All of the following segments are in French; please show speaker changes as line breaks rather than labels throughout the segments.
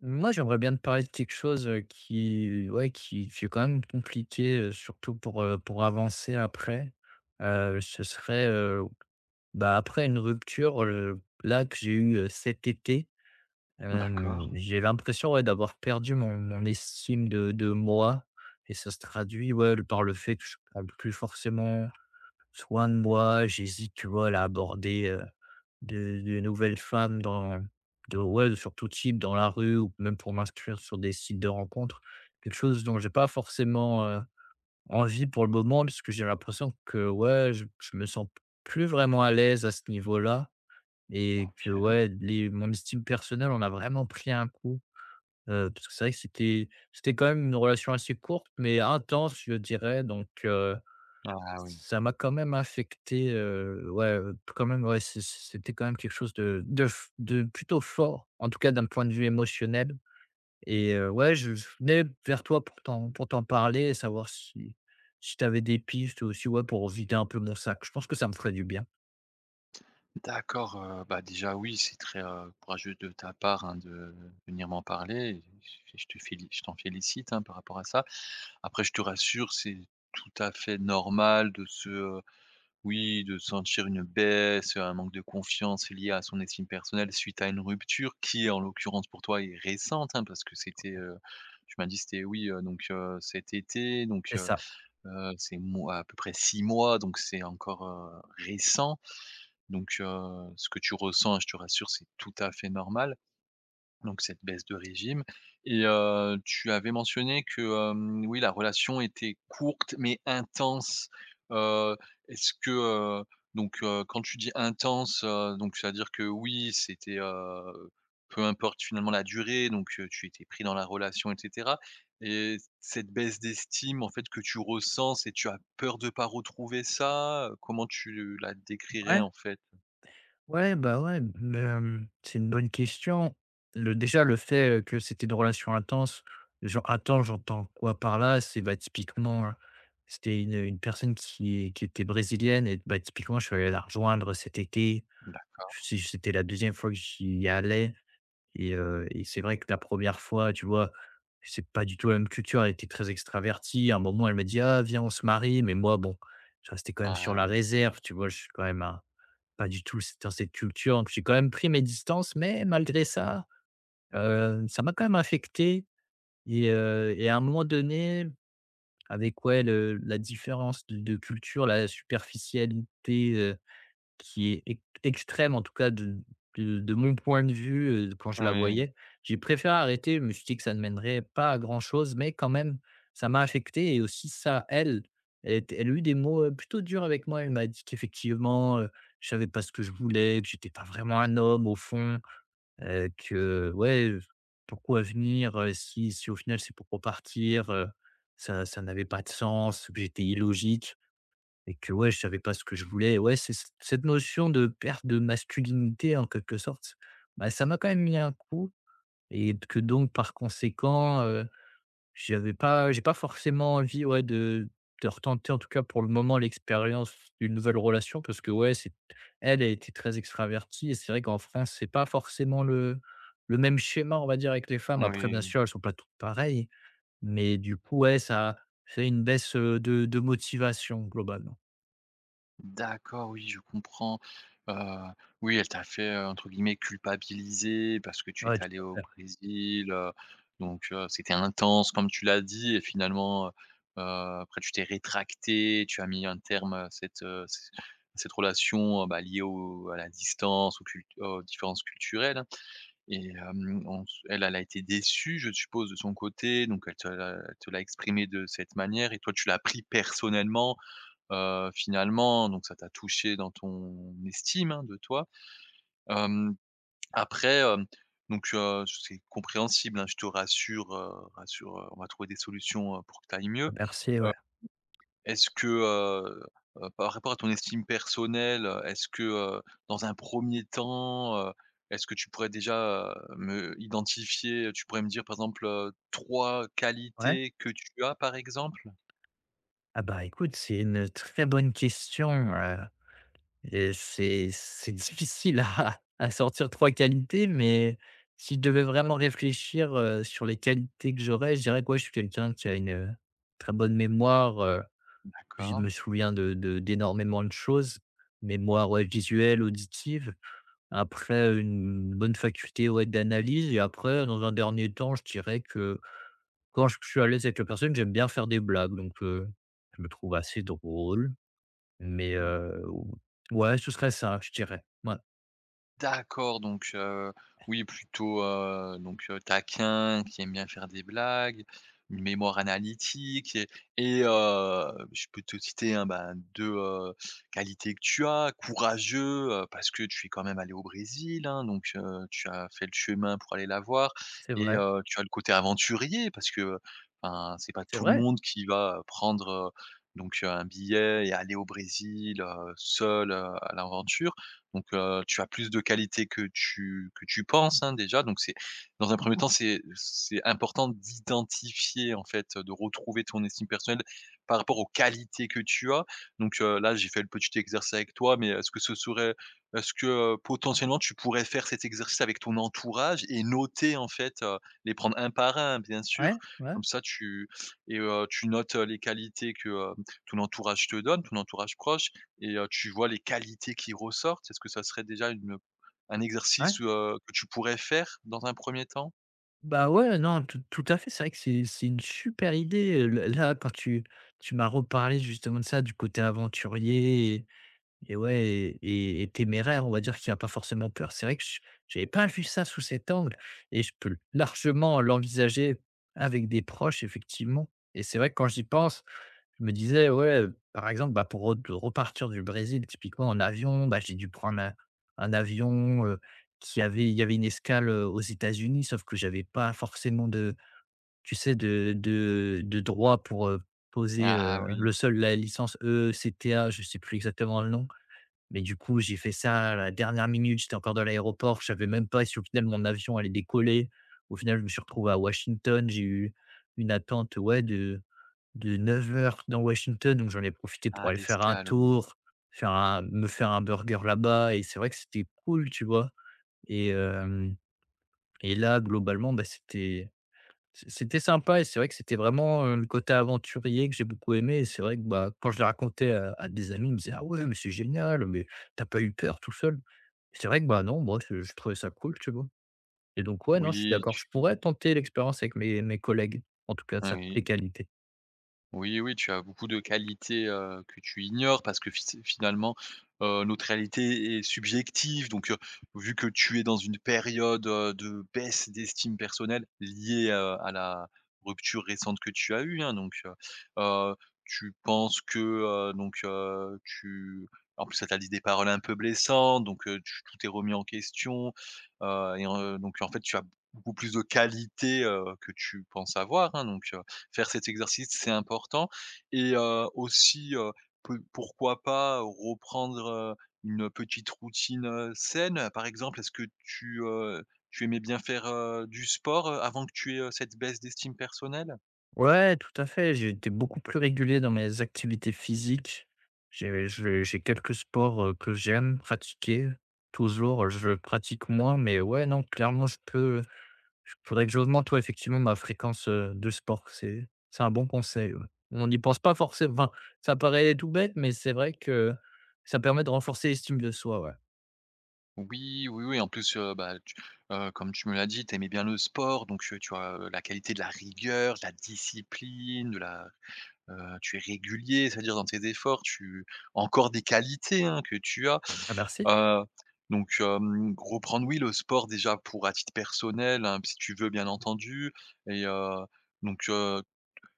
Moi, j'aimerais bien te parler de quelque chose, qui qui est quand même compliqué, surtout pour avancer après. Ce serait après une rupture là, que j'ai eue cet été,
D'accord,
j'ai l'impression, ouais, d'avoir perdu mon estime de moi et ça se traduit, ouais, par le fait que je ne prends plus forcément soin de moi. J'hésite, tu vois, à l'aborder, de nouvelles femmes dans de ouais, sur tout type, dans la rue ou même pour m'inscrire sur des sites de rencontres. Quelque chose dont j'ai pas forcément, envie pour le moment parce que j'ai l'impression que, ouais, je me sens plus vraiment à l'aise à ce niveau-là et que,
OK.
ouais, les mon estime personnelle on a vraiment pris un coup, parce que c'est vrai que c'était quand même une relation assez courte mais intense, je dirais donc
Ah oui.
ça m'a quand même affecté, quand même, ouais, c'est c'était quand même quelque chose de plutôt fort, en tout cas d'un point de vue émotionnel et ouais, je venais vers toi pour t'en parler et savoir si si tu avais des pistes aussi, ouais, pour vider un peu mon sac. Je pense que ça me ferait du bien.
D'accord, bah, déjà oui, c'est très, courageux de ta part, hein, de venir m'en parler et je t'en félicite, hein, par rapport à ça. Après je te rassure, c'est tout à fait normal de se, oui, de sentir une baisse, un manque de confiance lié à son estime personnelle suite à une rupture qui, en l'occurrence pour toi, est récente, hein, parce que c'était, tu m'as dit c'était oui, donc cet été donc
C'est ça.
C'est mo à peu près 6 mois, donc c'est encore, récent. Donc, ce que tu ressens, je te rassure, c'est tout à fait normal. Donc cette baisse de régime et tu avais mentionné que, oui, la relation était courte mais intense. Heu, Est-ce que, donc quand tu dis intense, donc c'est-à-dire que oui, c'était, peu importe finalement la durée, donc tu étais pris dans la relation et cetera et cette baisse d'estime, en fait, que tu ressens, c'est tu as peur de pas retrouver ça? Comment tu la décrirais,
Ouais.
en fait?
Ouais, c'est une bonne question. Le déjà le fait, que c'était une relation intense, genre attends j'entends quoi par là? C'est, c'était une personne qui était brésilienne et bah, typiquement, je suis allé la rejoindre cet été.
D'a
Si c'était la deuxième fois que j'y allais et c'est vrai que la première fois, tu vois? C'est pas du tout la même culture, elle était très extravertie. À un moment, elle m'a dit: «Ah viens, on se marie», mais moi, bon, je restais quand même sur
Ah
la
oui.
réserve, tu vois? Je suis quand même un pas du tout, dans cette culture, donc j'ai quand même pris mes distances, mais malgré ça, ça m'a quand même affecté et à un moment donné, avec ouais, le la différence de culture, la superficialité, qui est ex extrême en tout cas de mon point de vue, quand je la
Oui,
voyais. J'ai préféré arrêter, je me suis dit que ça ne mènerait pas à grand chose, mais quand même, ça m'a affecté et aussi ça, elle, elle était elle a eu des mots, plutôt durs avec moi. Elle m'a dit qu'effectivement, je savais pas ce que je voulais, que j'étais pas vraiment un homme au fond, que ouais, pourquoi venir, si si au final c'est pour repartir, ça n'avait pas de sens, que j'étais illogique et que ouais, je savais pas ce que je voulais. Ouais, c'est c cette notion de perte de masculinité en quelque sorte, bah, ça m'a quand même mis un coup et que donc par conséquent, j'ai pas forcément envie, ouais, de retenter en tout cas pour le moment l'expérience d'une nouvelle relation parce que ouais, c'est elle, a été très extravertie et c'est vrai qu'en France, c'est pas forcément le même schéma, on va dire avec les femmes. Après bien
oui.
sûr, elles sont pas toutes pareilles, mais du coup, ouais, ça fait une baisse, de motivation globalement.
D'accord, oui, je comprends. Heu, oui, elle t'a fait, entre guillemets «culpabiliser» parce que tu
Ouais,
es
tout
allé au
à fait.
Brésil, donc c'était intense comme tu l'as dit et finalement, après tu t'es rétracté, tu as mis un terme à cette, c cette relation, bah, liée au à la distance, aux différences culturelles et hem, on s elle, elle a été déçue, je suppose, de son côté, donc elle te l'a exprimé de cette manière et toi tu l'as pris personnellement. Finalement, donc ça t'a touché dans ton estime, hein, de toi. Hem, Après, donc c'est compréhensible, hein, je te rassure, on va trouver des solutions, pour que tu ailles mieux.
Merci
Heu,
ouais.
Est-ce que, par rapport à ton estime personnelle, est-ce que, dans un premier temps, est-ce que tu pourrais déjà, me identifier, tu pourrais me dire, par exemple, 3
Ouais.
qualités que tu as, par exemple?
Ah bah, écoute, c'est une très bonne question, et c'est difficile à à sortir 3 qualités, mais si je devais vraiment réfléchir, sur les qualités que j'aurais, je dirais que ouais, je suis quelqu'un qui a une très bonne mémoire, je
D'accord.
me souviens de d'énormément de choses. Mémoire, ouais, visuelle, auditive. Après, une bonne faculté, ouais, d'analyse et après, dans un dernier temps, je dirais que quand je suis à l'aise avec la personne, j'aime bien faire des blagues, donc je me trouve assez drôle, mais ouais, ce serait ça, je dirais. Ouais,
D'accord, donc oui plutôt, donc taquin, qui aime bien faire des blagues, une mémoire analytique et je peux te citer, hein, ben, 2, qualités que tu as. Courageux, parce que tu es quand même allé au Brésil, hein, donc tu as fait le chemin pour aller la voir
c'est
et
vrai,
tu as le côté aventurier parce que, enfin, c'est pas
c'est
tout le
vrai.
monde qui va, prendre, donc un billet et aller au Brésil, seul, à l'aventure. Donc, tu as plus de qualité que tu penses, hein, déjà. Donc c'est dans un premier temps, c'est important d'identifier, en fait, de retrouver ton estime personnelle par rapport aux qualités que tu as. Donc, là, j'ai fait le petit exercice avec toi, mais est-ce que, potentiellement, tu pourrais faire cet exercice avec ton entourage et noter, en fait, les prendre un par un, bien sûr.
Ouais, ouais,
Comme ça, tu Et tu notes, les qualités que, ton entourage te donne, ton entourage proche et tu vois les qualités qui ressortent? Est-ce que ça serait déjà un
ouais.
exercice, que tu pourrais faire dans un premier temps?
Bah, ouais, non, tout à fait, c'est vrai que c'est une super idée, là, quand tu m'as reparlé justement de ça, du côté aventurier. Et ouais et téméraire, on va dire, qui a pas forcément peur. C'est vrai que je n'avais pas vu ça sous cet angle et je peux largement l'envisager avec des proches, effectivement et c'est vrai que quand j'y pense, je me disais: «Ouais», par exemple, bah, pour re repartir du Brésil typiquement en avion, bah, j'ai dû prendre un avion, qui avait il y avait une escale, aux États-Unis, sauf que j'avais pas forcément de tu sais, de droit pour, poser,
Ah oui,
le seul la licence ECTA, je sais plus exactement le nom mais du coup, j'ai fait ça à la dernière minute, j'étais encore dans l'aéroport, je savais même pas si au final mon avion allait décoller. Au final, je me suis retrouvé à Washington, j'ai eu une attente, ouais, de 9 heures dans Washington, donc j'en ai profité pour
ah
aller faire un
l'escale, oui.
tour, faire un burger là-bas et c'est vrai que c'était cool, tu vois? Et hem et là globalement, bah, c'était c'était sympa et c'est vrai que c'était vraiment, le côté aventurier que j'ai beaucoup aimé et c'est vrai que, bah, quand je le racontais à des amis, ils me disaient: «Ah ouais, mais c'est génial, mais t'as pas eu peur tout seul?» c'est vrai que, bah, non, moi, je trouvais ça cool, tu vois? Et donc ouais, non, je suis
Oui,
d'accord.
tu
Je pourrais tenter l'expérience avec mes collègues, en tout cas, ça
Oui.
les qualités.
Oui, oui, tu as beaucoup de qualités, que tu ignores parce que fi finalement, notre réalité est subjective donc vu que tu es dans une période, de baisse d'estime personnelle liée, à la rupture récente que tu as eue, hein, donc heu, tu penses que, donc tu en plus, elle t'a dit des paroles un peu blessantes donc tu tout est remis en question, et en donc en fait, tu as beaucoup plus de qualités, que tu penses avoir, hein, donc faire cet exercice, c'est important et aussi, peu pourquoi pas reprendre, une petite routine, saine? Par exemple, est-ce que tu, tu aimais bien faire, du sport, avant que tu aies, cette baisse d'estime personnelle?
Ouais, tout à fait. J'ai été beaucoup plus régulier dans mes activités physiques. J'ai quelques sports, que j'aime pratiquer. Toujours, je pratique moins, mais ouais, non, clairement, je peux. Il faudrait que j'augmente, ouais, effectivement, ma fréquence, de sport. C'est un bon conseil, ouais. On n'y pense pas forcément. Enfin, ça paraît tout bête, mais c'est vrai que ça permet de renforcer l'estime de soi, ouais.
Oui, oui, oui, en plus, bah, tu comme tu me l'as dit, tu aimais bien le sport, donc tu as, la qualité de la rigueur, de la discipline, de la tu es régulier, c'est-à-dire dans tes efforts, tu encore des qualités, hein, que tu as.
Ah merci.
Heu, donc reprendre, oui, le sport déjà pour à titre personnel, hein, si tu veux bien entendu et donc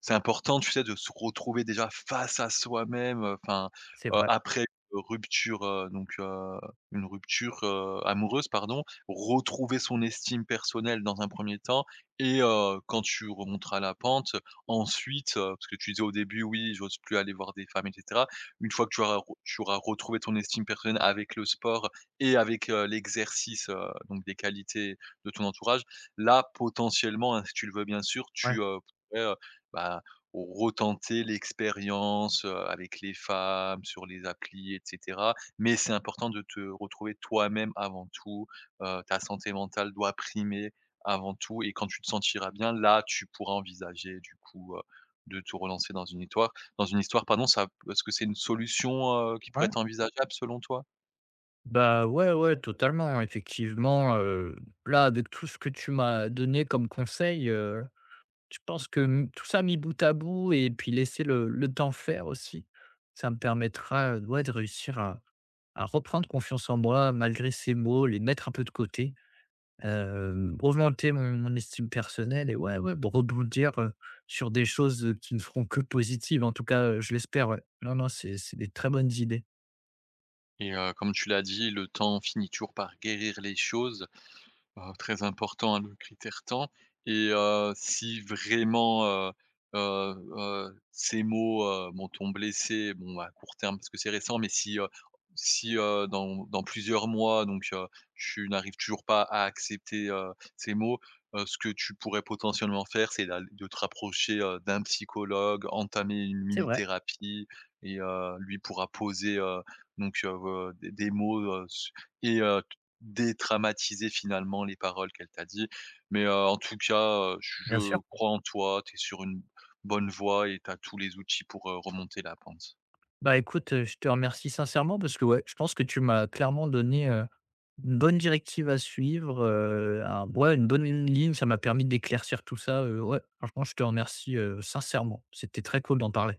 c'est important, tu sais, de se retrouver déjà face à soi-même, enfin,
C'est vrai.
après une rupture, donc amoureuse, pardon. Retrouver son estime personnelle dans un premier temps et quand tu remonteras la pente, ensuite, parce que tu disais au début: «Oui, j'ose plus aller voir des femmes et cetera». Une fois que tu auras retrouvé ton estime personnelle avec le sport et avec, l'exercice, donc des qualités de ton entourage, là, potentiellement, hein, si tu le veux bien sûr,
Ouais,
bah, retenter l'expérience, avec les femmes, sur les applis et cetera. Mais c'est important de te retrouver toi-même avant tout, ta santé mentale doit primer avant tout et quand tu te sentiras bien, là, tu pourras envisager du coup, de te relancer dans une histoire. Pardon. Ça est-ce que c'est une solution, qui pourrait
ouais.
être envisageable selon toi?
Bah, ouais, ouais, totalement, effectivement, là, avec tout ce que tu m'as donné comme conseil, je pense que m tout ça mis bout à bout et puis laisser le temps faire aussi, ça me permettra, ouais, de réussir à reprendre confiance en moi malgré ces mots, les mettre un peu de côté. Augmenter mon estime personnelle et ouais, ouais, b rebondir, sur des choses, qui ne feront que positives. En tout cas, je l'espère, ouais. Non, non, c'est des très bonnes idées.
Et comme tu l'as dit, le temps finit toujours par guérir les choses. Très important, hein, le critère temps et si vraiment, ces mots, m'ont ont blessé, bon, bah, à court terme parce que c'est récent, mais si, dans plusieurs mois donc je n'arrive toujours pas à accepter, ces mots, ce que tu pourrais potentiellement faire, c'est d'aller de te rapprocher, d'un psychologue, entamer une
C'est vrai,
mini-thérapie et lui pourra poser, donc heu, des mots, su et détraumatiser finalement les paroles qu'elle t'a dit. Mais, en tout cas,
bien sûr.
je crois en toi, tu es sur une bonne voie et tu as tous les outils pour, remonter la pente.
Bah, écoute, je te remercie sincèrement parce que, ouais, je pense que tu m'as clairement donné, une bonne directive à suivre, un ouais, une bonne ligne. Ça m'a permis d'éclaircir tout ça, ouais, franchement, je te remercie, sincèrement. C'était très cool d'en parler.